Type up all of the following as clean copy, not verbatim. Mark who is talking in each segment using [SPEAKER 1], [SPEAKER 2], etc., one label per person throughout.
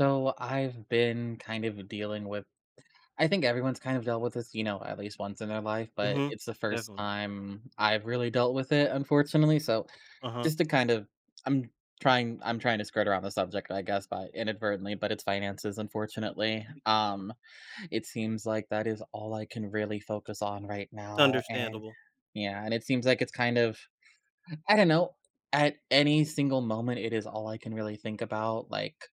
[SPEAKER 1] So I've been kind of dealing with I think everyone's kind of dealt with this, you know, at least once in their life, but
[SPEAKER 2] Mhm.
[SPEAKER 1] it's the first
[SPEAKER 2] Definitely.
[SPEAKER 1] time I've really dealt with it, unfortunately. So
[SPEAKER 2] Uh-huh.
[SPEAKER 1] just to kind of I'm I'm trying to skirt around the subject, I guess, by inadvertently, but it's finances, unfortunately. It seems like that is all I can really focus on right
[SPEAKER 2] It's
[SPEAKER 1] now. And
[SPEAKER 2] understandable.
[SPEAKER 1] yeah, and it seems like it's kind of I don't know, at any single moment it is all I can really think about. Like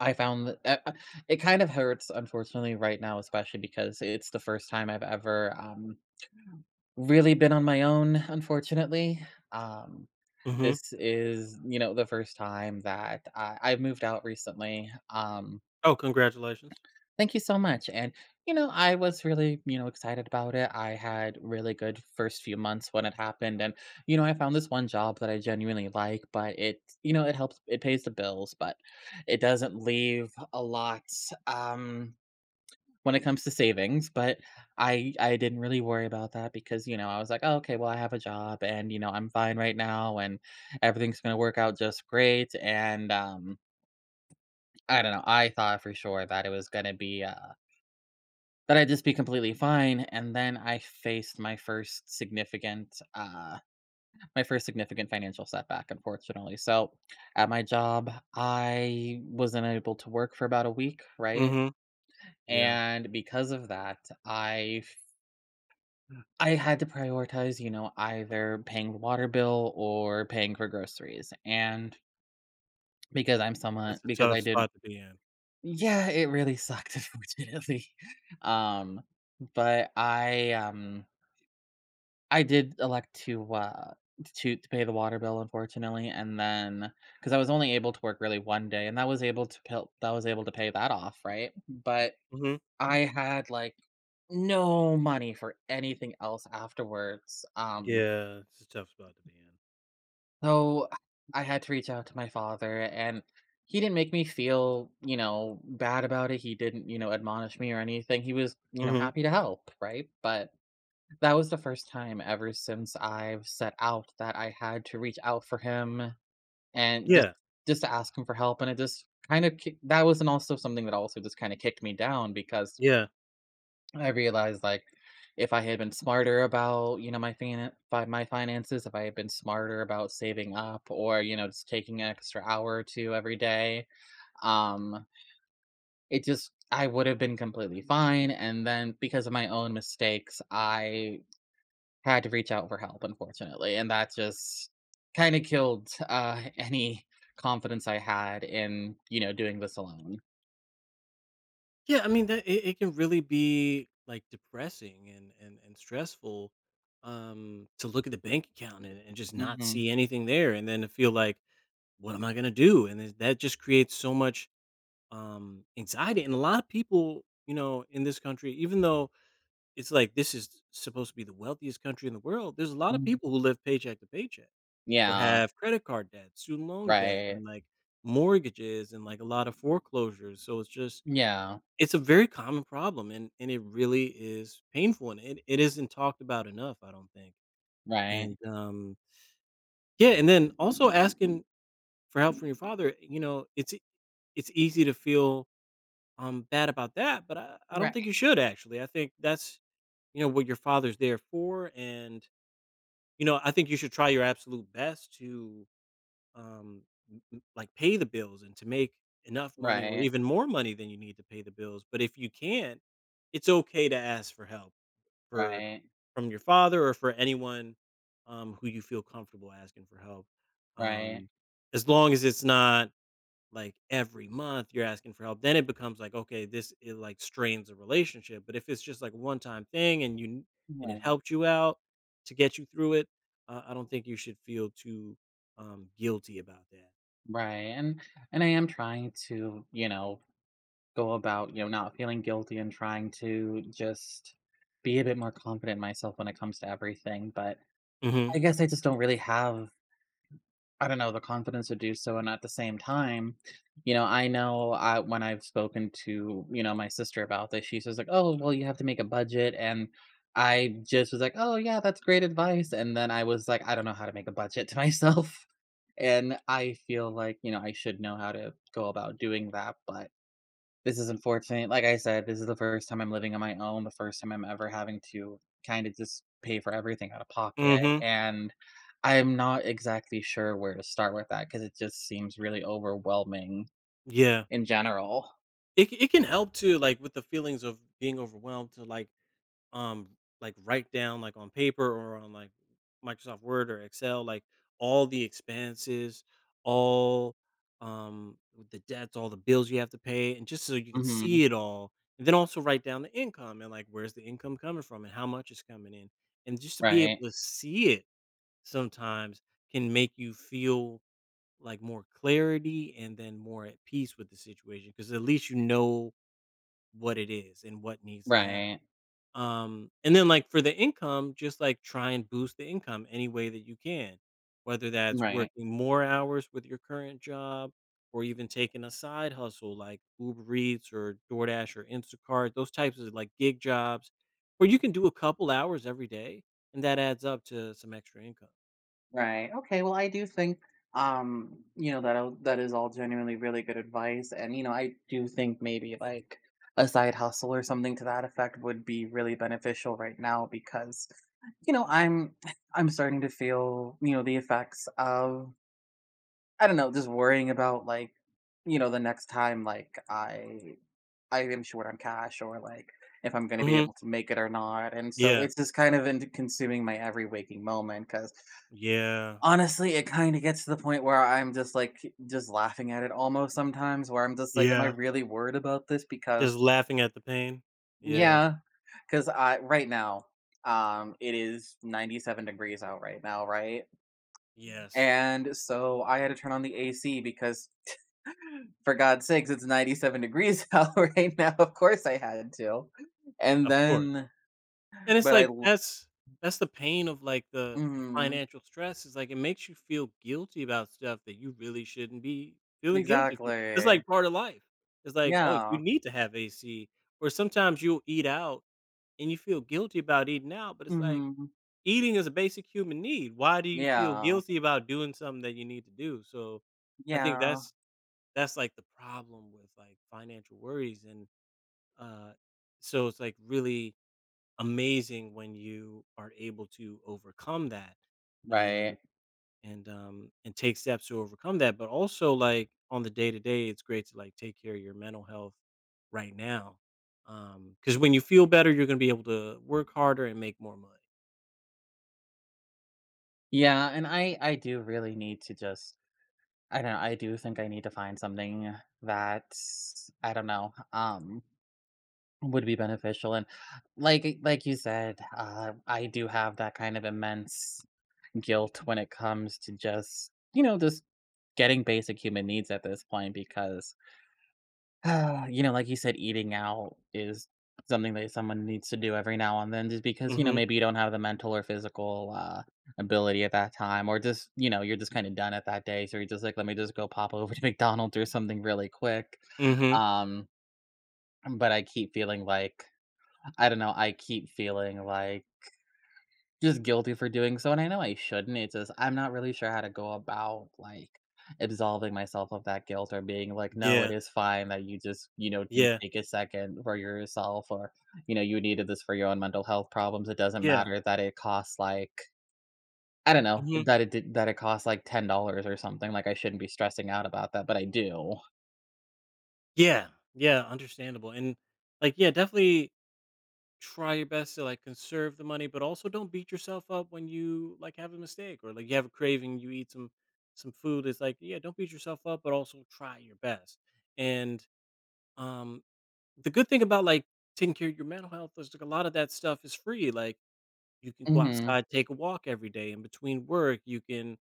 [SPEAKER 1] I found that it kind of hurts, unfortunately, right now, especially because it's the first time I've ever, really been on my own, unfortunately. Um,
[SPEAKER 2] Mhm.
[SPEAKER 1] this is, you know, the first time that I moved out recently.
[SPEAKER 2] Oh, congratulations.
[SPEAKER 1] Thank you so much, and, you know, I was really, you know, excited about it. I had really good first few months when it happened, and, you know, I found this one job that I genuinely like, but it, you know, it pays the bills, but it doesn't leave a lot, um when it comes to savings, but I didn't really worry about that because, you know, I was like, "Oh, okay, well, I have a job and, you know, I'm fine right now and everything's gonna work out just great." And I don't know, I thought for sure that it was gonna be that I'd just be completely fine. And then I faced my first significant financial setback, unfortunately. So at my job, I wasn't able to work for about a week, right?
[SPEAKER 2] Mhm. Yeah.
[SPEAKER 1] And because of that, I I had to prioritize, you know, either paying the water bill or paying for groceries, and because I'm someone
[SPEAKER 2] That's a
[SPEAKER 1] because
[SPEAKER 2] tough
[SPEAKER 1] I didn't
[SPEAKER 2] spot to be in.
[SPEAKER 1] Yeah, it really sucked, unfortunately. Um, but I, um I did elect to, to pay the water bill, unfortunately, and then because I was only able to work really 1 day, and that was able to pay that off, right? But
[SPEAKER 2] Mhm.
[SPEAKER 1] I had, like, no money for anything else afterwards, um.
[SPEAKER 2] Yeah, it's a tough spot to be in.
[SPEAKER 1] So I had to reach out to my father and he didn't make me feel, you know, bad about it. He didn't, you know, admonish me or anything. He was, you know,
[SPEAKER 2] Mhm.
[SPEAKER 1] happy to help, right? But that was the first time ever since I've set out that I had to reach out for him and just
[SPEAKER 2] Yeah.
[SPEAKER 1] just to ask him for help, and it just kind of that was, and also something that also just kind of kicked me down because
[SPEAKER 2] Yeah.
[SPEAKER 1] I realized like if I had been smarter about, you know, my finances, if I had been smarter about saving up or, you know, just taking an extra hour or two every day, um, it just I would have been completely fine. And then because of my own mistakes, I had to reach out for help, unfortunately. And that just kind of killed any confidence I had in, you know, doing this alone.
[SPEAKER 2] Yeah, I mean, that it can really be, like, depressing and stressful, to look at the bank account and just not
[SPEAKER 1] Hmm.
[SPEAKER 2] see anything there and then to feel like, "What am I gonna do?" And then that just creates so much, anxiety, and a lot of people, you know, in this country, even though it's like, this is supposed to be the wealthiest country in the world. There's a lot of
[SPEAKER 1] Hmm.
[SPEAKER 2] people who live paycheck to paycheck or
[SPEAKER 1] Yeah.
[SPEAKER 2] have credit card debt, student loan debt,
[SPEAKER 1] Right.
[SPEAKER 2] and like mortgages and like a lot of foreclosures. So it's just,
[SPEAKER 1] Yeah.
[SPEAKER 2] it's a very common problem and it really is painful and it isn't talked about enough, I don't think.
[SPEAKER 1] Right.
[SPEAKER 2] And Yeah, and then also asking for help from your father, you know, it's easy to feel bad about that, but I don't
[SPEAKER 1] Right.
[SPEAKER 2] think you should. Actually, I think that's, you know, what your father's there for. And, you know, I think you should try your absolute best to, um, m m like, pay the bills and to make enough money or
[SPEAKER 1] Right,
[SPEAKER 2] even more money than you need to pay the bills, but if you can't, it's okay to ask for help, for
[SPEAKER 1] right,
[SPEAKER 2] from your father or for anyone, who you feel comfortable asking for help,
[SPEAKER 1] right,
[SPEAKER 2] um, as long as it's not like every month you're asking for help. Then it becomes like, okay, this it like strains a relationship. But if it's just like one time thing and you, and it
[SPEAKER 1] right,
[SPEAKER 2] helped you out to get you through it, I don't think you should feel too guilty about that.
[SPEAKER 1] right, and and I am trying to, you know, go about, you know, not feeling guilty and trying to just be a bit more confident in myself when it comes to everything, but
[SPEAKER 2] Mhm.
[SPEAKER 1] I guess I just don't really have, I don't know, the confidence to do so, and at the same time, you know I when I've spoken to, you know, my sister about this, she says like, "Oh, well, you have to make a budget," and I just was like, "Oh, yeah, that's great advice." And then I was like, "I don't know how to make a budget to myself." And I feel like, you know, I should know how to go about doing that, but this is unfortunate. Like I said, this is the first time I'm living on my own, the first time I'm ever having to kind of just pay for everything out of pocket.
[SPEAKER 2] Mhm.
[SPEAKER 1] And I'm not exactly sure where to start with that because it just seems really overwhelming
[SPEAKER 2] Yeah,
[SPEAKER 1] in general.
[SPEAKER 2] it can help too, like, with the feelings of being overwhelmed to, like, um like, write down, like, on paper or on like Microsoft Word or Excel, like, all the expenses, all, um the debts, all the bills you have to pay and just so you can
[SPEAKER 1] Hmm.
[SPEAKER 2] see it all. And then also write down the income and like where's the income coming from and how much is coming in. And just to be able
[SPEAKER 1] Right.
[SPEAKER 2] to see it sometimes can make you feel like more clarity and then more at peace with the situation, because at least you know what it is and what needs to happen.
[SPEAKER 1] Right.
[SPEAKER 2] And then, like, for the income, just, like, try and boost the income any way that you can, whether that's
[SPEAKER 1] Right.
[SPEAKER 2] working more hours with your current job or even taking a side hustle like Uber Eats or DoorDash or Instacart, those types of, like, gig jobs where you can do a couple hours every day, and that adds up to some extra income.
[SPEAKER 1] Right. Okay. Well, I do think, you know, that is all genuinely really good advice, and you know, I do think maybe like a side hustle or something to that effect would be really beneficial right now because, you know, I'm I'm starting to feel, you know, the effects of, I don't know, just worrying about, like, you know, the next time like I am short on cash, or like if I'm going to be
[SPEAKER 2] Mhm.
[SPEAKER 1] able to make it or not, and so
[SPEAKER 2] Yeah.
[SPEAKER 1] it's just kind of in consuming my every waking moment because.
[SPEAKER 2] Yeah.
[SPEAKER 1] Honestly, it kinda gets to the point where I'm just, like, just laughing at it almost sometimes where I'm just like, "Am I
[SPEAKER 2] Yeah.
[SPEAKER 1] really worried about this?" Because
[SPEAKER 2] Just laughing at the pain. Yeah.
[SPEAKER 1] yeah, because I right now, it is 97 degrees out right now, right?
[SPEAKER 2] Yes.
[SPEAKER 1] And so I had to turn on the AC because for God's sakes, it's 97 degrees out right now, of course I had to. And
[SPEAKER 2] Of course.
[SPEAKER 1] then
[SPEAKER 2] And it's
[SPEAKER 1] but I
[SPEAKER 2] like
[SPEAKER 1] l
[SPEAKER 2] that's the pain of like the
[SPEAKER 1] Mhm,
[SPEAKER 2] financial stress. Is like it makes you feel guilty about stuff that you really shouldn't be feeling guilty for. It's
[SPEAKER 1] exactly.
[SPEAKER 2] like part of life. It's like, oh, you
[SPEAKER 1] Yeah.
[SPEAKER 2] need to have AC. Or sometimes you'll eat out and you feel guilty about eating out, but it's like
[SPEAKER 1] Mhm.
[SPEAKER 2] eating is a basic human need. Why do you feel
[SPEAKER 1] Yeah.
[SPEAKER 2] guilty about doing something that you need to do? So I think
[SPEAKER 1] Yeah.
[SPEAKER 2] that's like the problem with like financial worries, and uh so it's like really amazing when you are able to overcome that and,
[SPEAKER 1] Right.
[SPEAKER 2] and take steps to overcome that, but also like on the day to day it's great to like take care of your mental health right now, because when you feel better you're going to be able to work harder and make more money.
[SPEAKER 1] Yeah, and I do really need to just, I don't know, I do think I need to find something that, I don't know, would be beneficial, and like you said, I do have that kind of immense guilt when it comes to just, you know, just getting basic human needs at this point because, ah, you know, like you said, eating out is something that someone needs to do every now and then just because, you know,
[SPEAKER 2] Hmm.
[SPEAKER 1] maybe you don't have the mental or physical ability at that time, or just, you know, you're just kind of done at that day. So you're just like, let me just go pop over to McDonald's or something really quick.
[SPEAKER 2] Hmm.
[SPEAKER 1] Um, but I keep feeling like, I don't know, I keep feeling like, just guilty for doing so, and I know I shouldn't, it's just I'm not really sure how to go about, like, absolving myself of that guilt or being like, "No, it
[SPEAKER 2] Yeah.
[SPEAKER 1] is fine that you just, you know, you
[SPEAKER 2] Yeah.
[SPEAKER 1] take a second for yourself," or, you know, "You needed this for your own mental health problems. It doesn't
[SPEAKER 2] Yeah.
[SPEAKER 1] matter that it costs, like," I don't know,
[SPEAKER 2] Hmm.
[SPEAKER 1] that it costs, like, $10 or something, like, I shouldn't be stressing out about that, but I do.
[SPEAKER 2] Yeah, yeah, understandable. And like, yeah, definitely try your best to like conserve the money, but also don't beat yourself up when you like have a mistake or like you have a craving, you eat some food. It's like, yeah, don't beat yourself up, but also try your best. And um the good thing about like taking care of your mental health is like a lot of that stuff is free. Like you can go
[SPEAKER 1] Mhm.
[SPEAKER 2] outside, take a walk every day in between work, you can,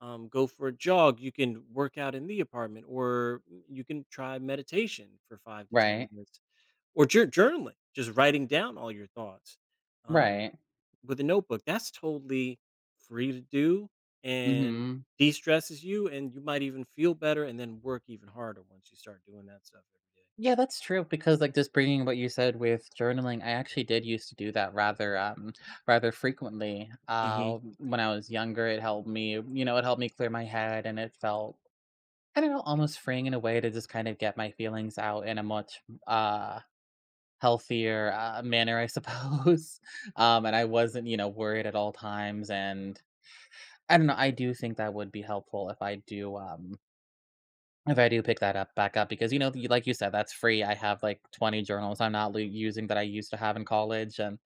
[SPEAKER 2] go for a jog, you can work out in the apartment, or you can try meditation for five to ten
[SPEAKER 1] Right.
[SPEAKER 2] minutes or journaling, just writing down all your thoughts, um,
[SPEAKER 1] Right.
[SPEAKER 2] with a notebook, that's totally free to do and
[SPEAKER 1] Mhm.
[SPEAKER 2] de-stresses you, and you might even feel better and then work even harder once you start doing that stuff
[SPEAKER 1] Yeah, that's true because, like, just bringing what you said with journaling, I actually did used to do that rather, rather frequently.
[SPEAKER 2] every day. Mhm.
[SPEAKER 1] When I was younger, it helped me, you know, it helped me clear my head, and it felt, I don't know, almost freeing in a way to just kind of get my feelings out in a much healthier manner, I suppose. And I wasn't, you know, worried at all times. And I don't know, I do think that would be helpful if I do. If I do pick that up back up because, you know, you like you said, that's free. I have like 20 journals I'm not lo using that I used to have in college, and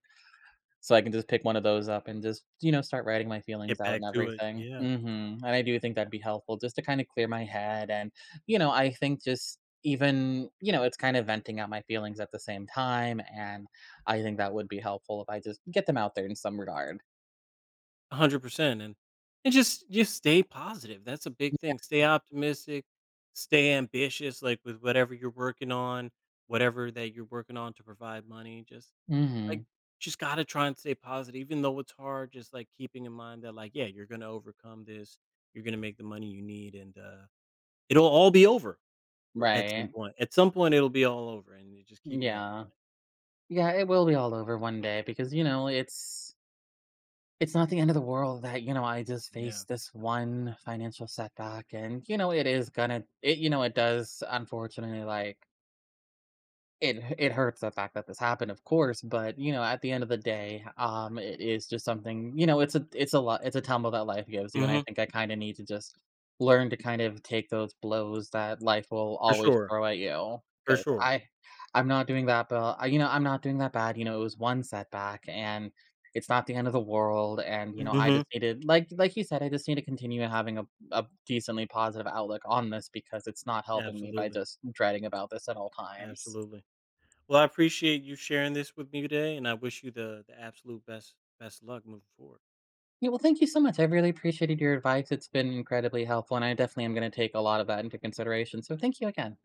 [SPEAKER 1] so I can just pick one of those up and just, you know, start writing my feelings
[SPEAKER 2] Get
[SPEAKER 1] out
[SPEAKER 2] back
[SPEAKER 1] and
[SPEAKER 2] to it,
[SPEAKER 1] everything.
[SPEAKER 2] yeah.
[SPEAKER 1] Mhm, and I do think that'd be helpful just to kinda clear my head, and, you know, I think just even, you know, it's kind of venting out my feelings at the same time, and I think that would be helpful if I just get them out there in some regard.
[SPEAKER 2] 100%, and just stay positive, that's a big
[SPEAKER 1] Yeah.
[SPEAKER 2] thing, stay optimistic, stay ambitious, like, with whatever you're working on, whatever that you're working on to provide money, just, like,
[SPEAKER 1] Mhm,
[SPEAKER 2] just gotta try and stay positive, even though it's hard, just, like, keeping in mind that, like, yeah, you're gonna overcome this, you're gonna make the money you need, and, it'll all be over r at some
[SPEAKER 1] right.
[SPEAKER 2] point. At some point, it'll be all over, and you're just keeping that in
[SPEAKER 1] Yeah.
[SPEAKER 2] mind.
[SPEAKER 1] Yeah, it will be all over one day because, you know, it's not the end of the world that, you know, I just
[SPEAKER 2] Yeah.
[SPEAKER 1] faced this one financial setback, and, you know, it is gonna it you know, it does, unfortunately, like, it hurts the fact that this happened, of course, but you know, at the end of the day, um, it is just something, you know, it's a lot, it's a tumble that life gives you, and I
[SPEAKER 2] Mhm.
[SPEAKER 1] think I kind of need to just learn to kind of take those blows that life will
[SPEAKER 2] For
[SPEAKER 1] always
[SPEAKER 2] sure.
[SPEAKER 1] throw at you
[SPEAKER 2] For
[SPEAKER 1] because
[SPEAKER 2] sure.
[SPEAKER 1] I'm not doing that, but I, you know, I'm not doing that bad, you know, it was one setback, and it's not the end of the world, and you know, I
[SPEAKER 2] Mhm.
[SPEAKER 1] just needed like you said, I just need to continue having a decently positive outlook on this because it's not helping me by
[SPEAKER 2] Absolutely.
[SPEAKER 1] just dreading about this at all times.
[SPEAKER 2] Absolutely. Well, I appreciate you sharing this with me today, and I wish you the absolute best luck moving forward.
[SPEAKER 1] Yeah, well, thank you so much. I really appreciated your advice. It's been incredibly helpful, and I definitely am going to take a lot of that into consideration. So, thank you again.